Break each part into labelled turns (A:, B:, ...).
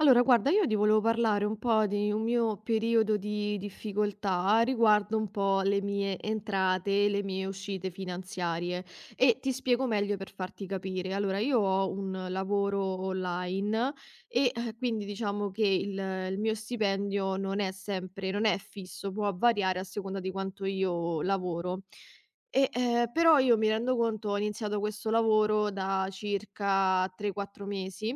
A: Allora guarda, io ti volevo parlare un po' di un mio periodo di difficoltà riguardo un po' le mie entrate e le mie uscite finanziarie e ti spiego meglio per farti capire. Allora, io ho un lavoro online e quindi diciamo che il mio stipendio non è sempre, non è fisso, può variare a seconda di quanto io lavoro. Però io mi rendo conto ho iniziato questo lavoro da circa 3, 4 mesi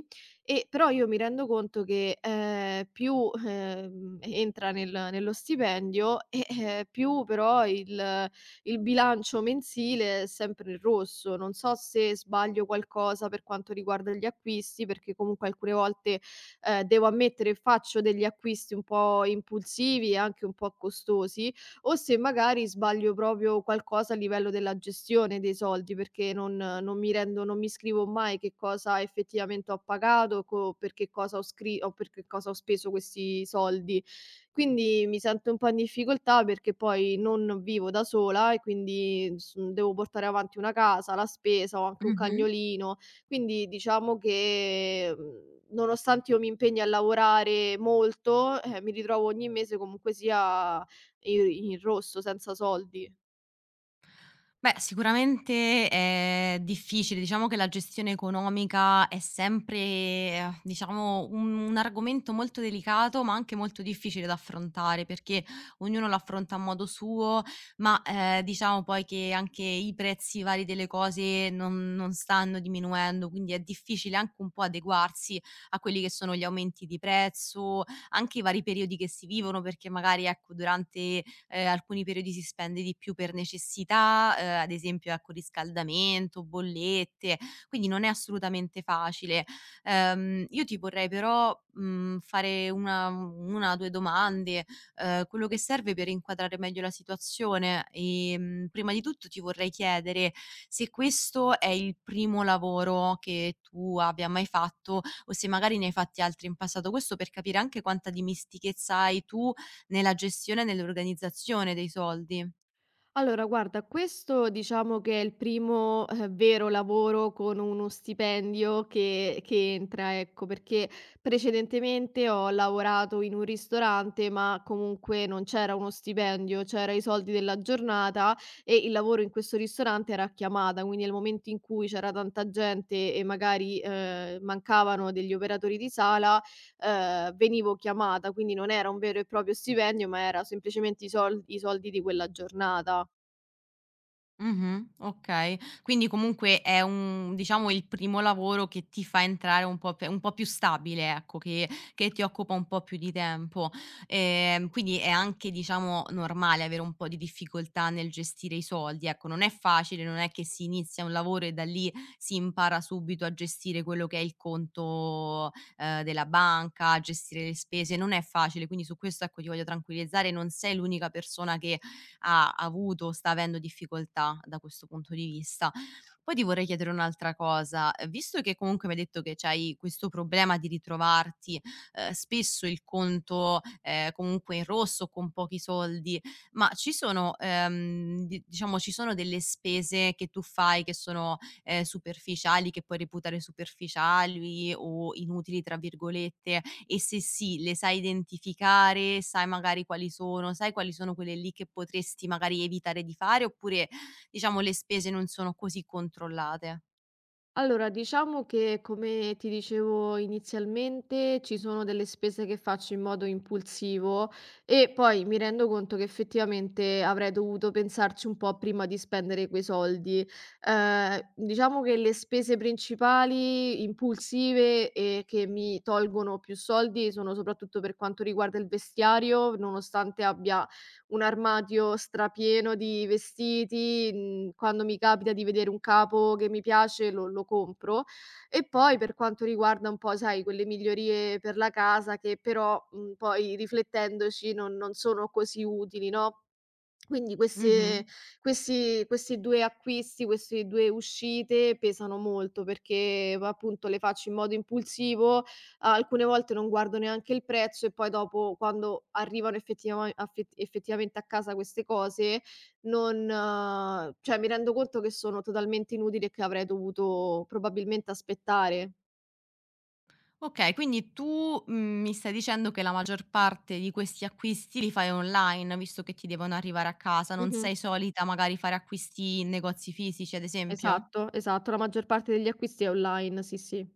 A: e però io mi rendo conto che, più, entra nello stipendio e, più però il bilancio mensile è sempre nel rosso. Non so se sbaglio qualcosa per quanto riguarda gli acquisti, perché comunque alcune volte, devo ammettere faccio degli acquisti un po' impulsivi e anche un po' costosi, o se magari sbaglio proprio qualcosa a livello della gestione dei soldi, perché non mi rendo non mi scrivo mai che cosa effettivamente ho pagato, co per che cosa ho scri o per che cosa ho speso questi soldi. Quindi mi sento un po' in difficoltà perché poi non vivo da sola e quindi s devo portare avanti una casa, la spesa, ho anche un
B: Mh-mh.
A: cagnolino, quindi diciamo che, nonostante io mi impegni a lavorare molto, mi ritrovo ogni mese comunque sia i in rosso senza soldi.
B: Beh, sicuramente è difficile. Diciamo che la gestione economica è sempre, diciamo, un argomento molto delicato, ma anche molto difficile da affrontare, perché ognuno lo affronta a modo suo, ma, diciamo poi che anche i prezzi vari delle cose non stanno diminuendo, quindi è difficile anche un po' adeguarsi a quelli che sono gli aumenti di prezzo, anche i vari periodi che si vivono, perché magari, ecco, durante alcuni periodi si spende di più per necessità, ad esempio ecco riscaldamento, bollette, quindi non è assolutamente facile. Io ti vorrei però, fare una 1, 2 domande, quello che serve per inquadrare meglio la situazione. Prima di tutto ti vorrei chiedere se questo è il primo lavoro che tu abbia mai fatto o se magari ne hai fatti altri in passato, questo per capire anche quanta dimestichezza hai tu nella gestione e nell'organizzazione dei soldi.
A: Allora guarda, questo diciamo che è il primo, vero lavoro con uno stipendio che entra, ecco, perché precedentemente ho lavorato in un ristorante, ma comunque non c'era uno stipendio, c'era i soldi della giornata e il lavoro in questo ristorante era a chiamata, quindi nel momento in cui c'era tanta gente e magari, mancavano degli operatori di sala, venivo chiamata, quindi non era un vero e proprio stipendio, ma era semplicemente i soldi di quella giornata.
B: Mh-mh, okay. Quindi comunque è un diciamo il primo lavoro che ti fa entrare un po' più stabile, ecco, che ti occupa un po' più di tempo. Quindi è anche, diciamo, normale avere un po' di difficoltà nel gestire i soldi, ecco. Non è facile, non è che si inizia un lavoro e da lì si impara subito a gestire quello che è il conto, della banca, a gestire le spese, non è facile, quindi su questo, ecco, ti voglio tranquillizzare, non sei l'unica persona che ha avuto o sta avendo difficoltà da questo punto di vista. Poi ti vorrei chiedere un'altra cosa, visto che comunque mi hai detto che c'hai questo problema di ritrovarti, spesso il conto, comunque in rosso, con pochi soldi, ma ci sono, di diciamo ci sono delle spese che tu fai che sono, superficiali, che puoi reputare superficiali o "inutili" tra virgolette, e se sì, le sai identificare, sai magari quali sono, sai quali sono quelle lì che potresti magari evitare di fare oppure diciamo le spese non sono così controllate?
A: Allora, diciamo che come ti dicevo inizialmente, ci sono delle spese che faccio in modo impulsivo e poi mi rendo conto che effettivamente avrei dovuto pensarci un po' prima di spendere quei soldi. Diciamo che le spese principali impulsive e che mi tolgono più soldi sono soprattutto per quanto riguarda il vestiario, nonostante abbia un armadio strapieno di vestiti, mhmm, quando mi capita di vedere un capo che mi piace lo compro. E poi per quanto riguarda un po', sai, quelle migliorie per la casa che però, mhmm, poi riflettendoci non sono così utili, no? Quindi
B: Mh-mh.
A: queste questi questi 2 acquisti, queste 2 uscite pesano molto perché, appunto, le faccio in modo impulsivo, alcune volte non guardo neanche il prezzo e poi dopo quando arrivano effettivamente a casa queste cose non cioè mi rendo conto che sono totalmente inutili e che avrei dovuto probabilmente aspettare.
B: Okay, quindi tu, mi stai dicendo che la maggior parte di questi acquisti li fai online, visto che ti devono arrivare a casa, non
A: Mh-mh.
B: sei solita magari fare acquisti in negozi fisici, ad esempio?
A: Esatto, esatto, la maggior parte degli acquisti è online, sì, sì.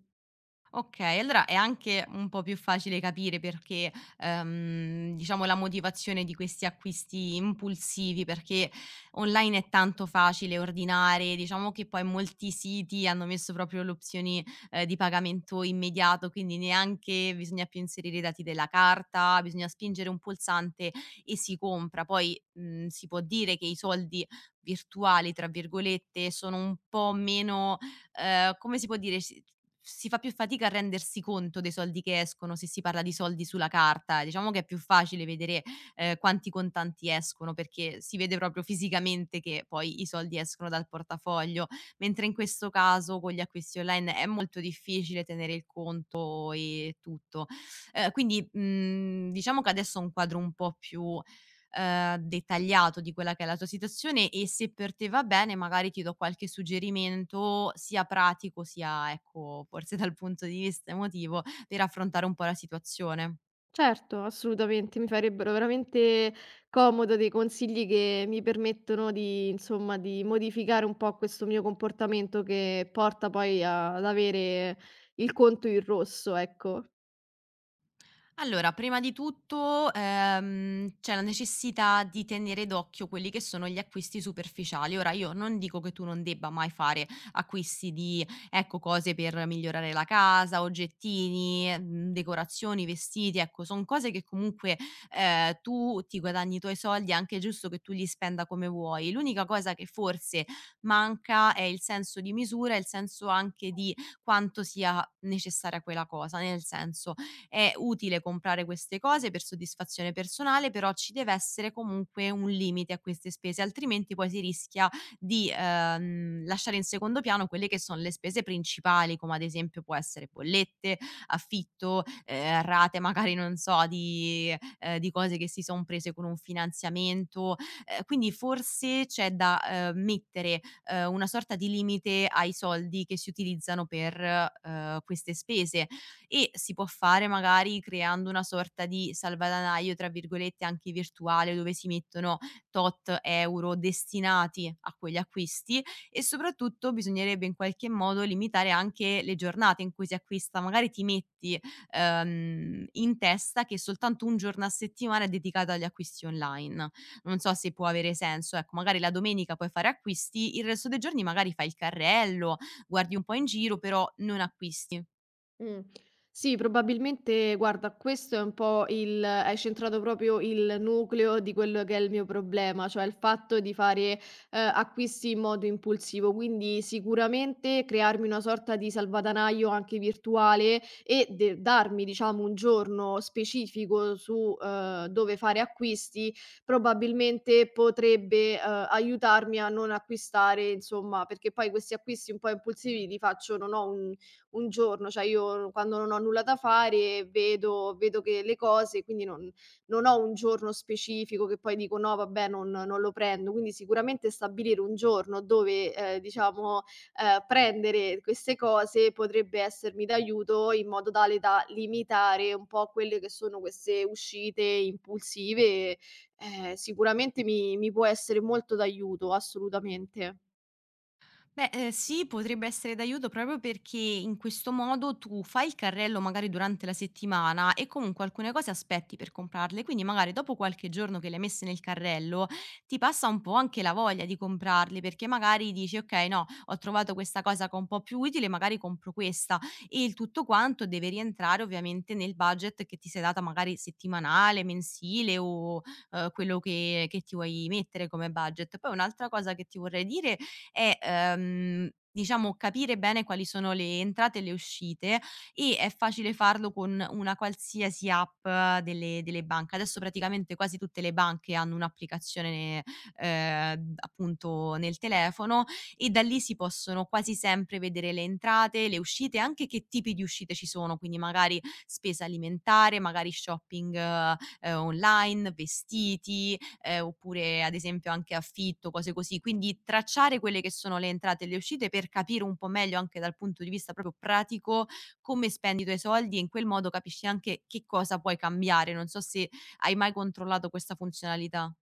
B: Okay, allora è anche un po' più facile capire perché, diciamo la motivazione di questi acquisti impulsivi, perché online è tanto facile ordinare, diciamo che poi molti siti hanno messo proprio l'opzione, di pagamento immediato, quindi neanche bisogna più inserire i dati della carta, bisogna spingere un pulsante e si compra. Poi, si può dire che i soldi "virtuali", tra virgolette, sono un po' meno, come si può dire, si fa più fatica a rendersi conto dei soldi che escono se si parla di soldi sulla carta. Diciamo che è più facile vedere, quanti contanti escono, perché si vede proprio fisicamente che poi i soldi escono dal portafoglio, mentre in questo caso con gli acquisti online è molto difficile tenere il conto e tutto. Quindi, diciamo che adesso ho un quadro un po' più dettagliato di quella che è la tua situazione e se per te va bene magari ti do qualche suggerimento sia pratico sia, ecco, forse dal punto di vista emotivo per affrontare un po' la situazione.
A: Certo, assolutamente, mi farebbero veramente comodo dei consigli che mi permettono di, insomma, di modificare un po' questo mio comportamento che porta poi a ad avere il conto in rosso, ecco.
B: Allora, prima di tutto, c'è la necessità di tenere d'occhio quelli che sono gli acquisti superficiali. Ora, io non dico che tu non debba mai fare acquisti di, ecco, cose per migliorare la casa, oggettini, decorazioni, vestiti, ecco, sono cose che comunque tu ti guadagni i tuoi soldi, è anche giusto che tu li spenda come vuoi. L'unica cosa che forse manca è il senso di misura, il senso anche di quanto sia necessaria quella cosa, nel senso è utile comprare queste cose per soddisfazione personale, però ci deve essere comunque un limite a queste spese, altrimenti poi si rischia di, lasciare in secondo piano quelle che sono le spese principali, come ad esempio può essere bollette, affitto, rate magari, non so, di cose che si son prese con un finanziamento. Quindi forse c'è da, mettere, una sorta di limite ai soldi che si utilizzano per, queste spese e si può fare magari creando una sorta di "salvadanaio", tra virgolette, anche virtuale, dove si mettono tot euro destinati a quegli acquisti e soprattutto bisognerebbe in qualche modo limitare anche le giornate in cui si acquista. Magari ti metti, in testa che soltanto un giorno a settimana è dedicato agli acquisti online. Non so se può avere senso, ecco, magari la domenica puoi fare acquisti, il resto dei giorni magari fai il carrello, guardi un po' in giro, però non acquisti.
A: Mh. Sì, probabilmente guarda, questo è un po' il hai centrato proprio il nucleo di quello che è il mio problema, cioè il fatto di fare, acquisti in modo impulsivo. Quindi sicuramente crearmi una sorta di salvadanaio anche virtuale e de darmi diciamo un giorno specifico su, dove fare acquisti, probabilmente potrebbe, aiutarmi a non acquistare insomma perché poi questi acquisti un po' impulsivi li faccio non ho un giorno, cioè io quando non ho nulla da fare vedo che le cose, quindi non ho un giorno specifico che poi dico: "No vabbè non lo prendo". Quindi sicuramente stabilire un giorno dove, diciamo, prendere queste cose potrebbe essermi d'aiuto in modo tale da limitare un po' quelle che sono queste uscite impulsive, sicuramente mi può essere molto d'aiuto, assolutamente.
B: Beh, sì, potrebbe essere d'aiuto proprio perché in questo modo tu fai il carrello magari durante la settimana e comunque alcune cose aspetti per comprarle, quindi magari dopo qualche giorno che le hai messe nel carrello, ti passa un po' anche la voglia di comprarli, perché magari dici: "Okay, no, ho trovato questa cosa che è un po' più utile, magari compro questa." E il tutto quanto deve rientrare ovviamente nel budget che ti sei data magari settimanale, mensile o, quello che ti vuoi mettere come budget. Poi un'altra cosa che ti vorrei dire è, diciamo capire bene quali sono le entrate e le uscite e è facile farlo con una qualsiasi app delle banche. Adesso praticamente quasi tutte le banche hanno un'applicazione, appunto nel telefono e da lì si possono quasi sempre vedere le entrate, le uscite, anche che tipi di uscite ci sono, quindi magari spesa alimentare, magari shopping, online, vestiti, oppure ad esempio anche affitto, cose così. Quindi tracciare quelle che sono le entrate e le uscite per capire un po' meglio anche dal punto di vista proprio pratico come spendi i tuoi soldi e in quel modo capisci anche che cosa puoi cambiare. Non so se hai mai controllato questa funzionalità.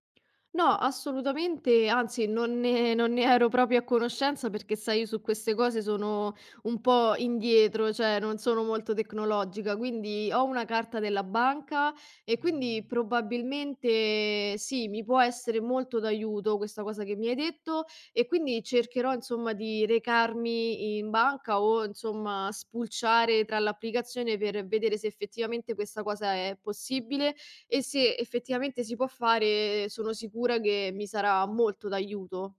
A: No, assolutamente, anzi non ne ero proprio a conoscenza perché sai io su queste cose sono un po' indietro, cioè non sono molto tecnologica, quindi ho una carta della banca e quindi probabilmente sì, mi può essere molto d'aiuto questa cosa che mi hai detto e quindi cercherò insomma di recarmi in banca o insomma spulciare tra l'applicazione per vedere se effettivamente questa cosa è possibile e se effettivamente si può fare, sono sicura che mi sarà molto d'aiuto.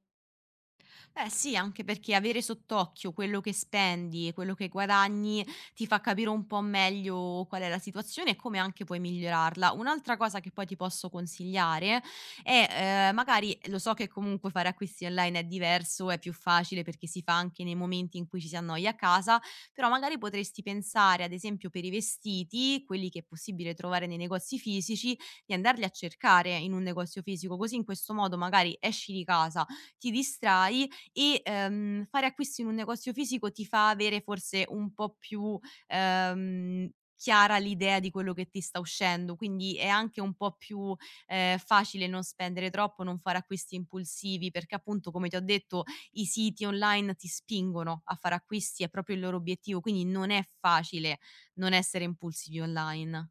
B: Eh sì, anche perché avere sott'occhio quello che spendi e quello che guadagni ti fa capire un po' meglio qual è la situazione e come anche puoi migliorarla. Un'altra cosa che poi ti posso consigliare è, magari lo so che comunque fare acquisti online è diverso, è più facile perché si fa anche nei momenti in cui ci si annoia a casa, però magari potresti pensare, ad esempio, per i vestiti, quelli che è possibile trovare nei negozi fisici, di andarli a cercare in un negozio fisico, così in questo modo magari esci di casa, ti distrai e, fare acquisti in un negozio fisico ti fa avere forse un po' più, ehm, chiara l'idea di quello che ti sta uscendo, quindi è anche un po' più, facile non spendere troppo, non fare acquisti impulsivi, perché appunto, come ti ho detto, i siti online ti spingono a fare acquisti, è proprio il loro obiettivo, quindi non è facile non essere impulsivi online.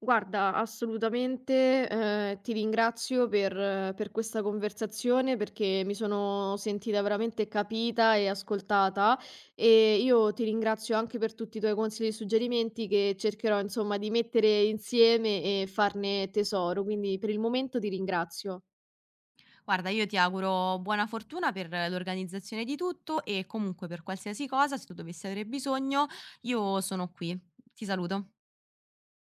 A: Guarda, assolutamente, ti ringrazio per questa conversazione, perché mi sono sentita veramente capita e ascoltata, e io ti ringrazio anche per tutti i tuoi consigli e suggerimenti che cercherò, insomma, di mettere insieme e farne tesoro. Quindi per il momento ti ringrazio.
B: Guarda, io ti auguro buona fortuna per l'organizzazione di tutto e comunque per qualsiasi cosa, se tu dovessi avere bisogno, io sono qui. Ti saluto.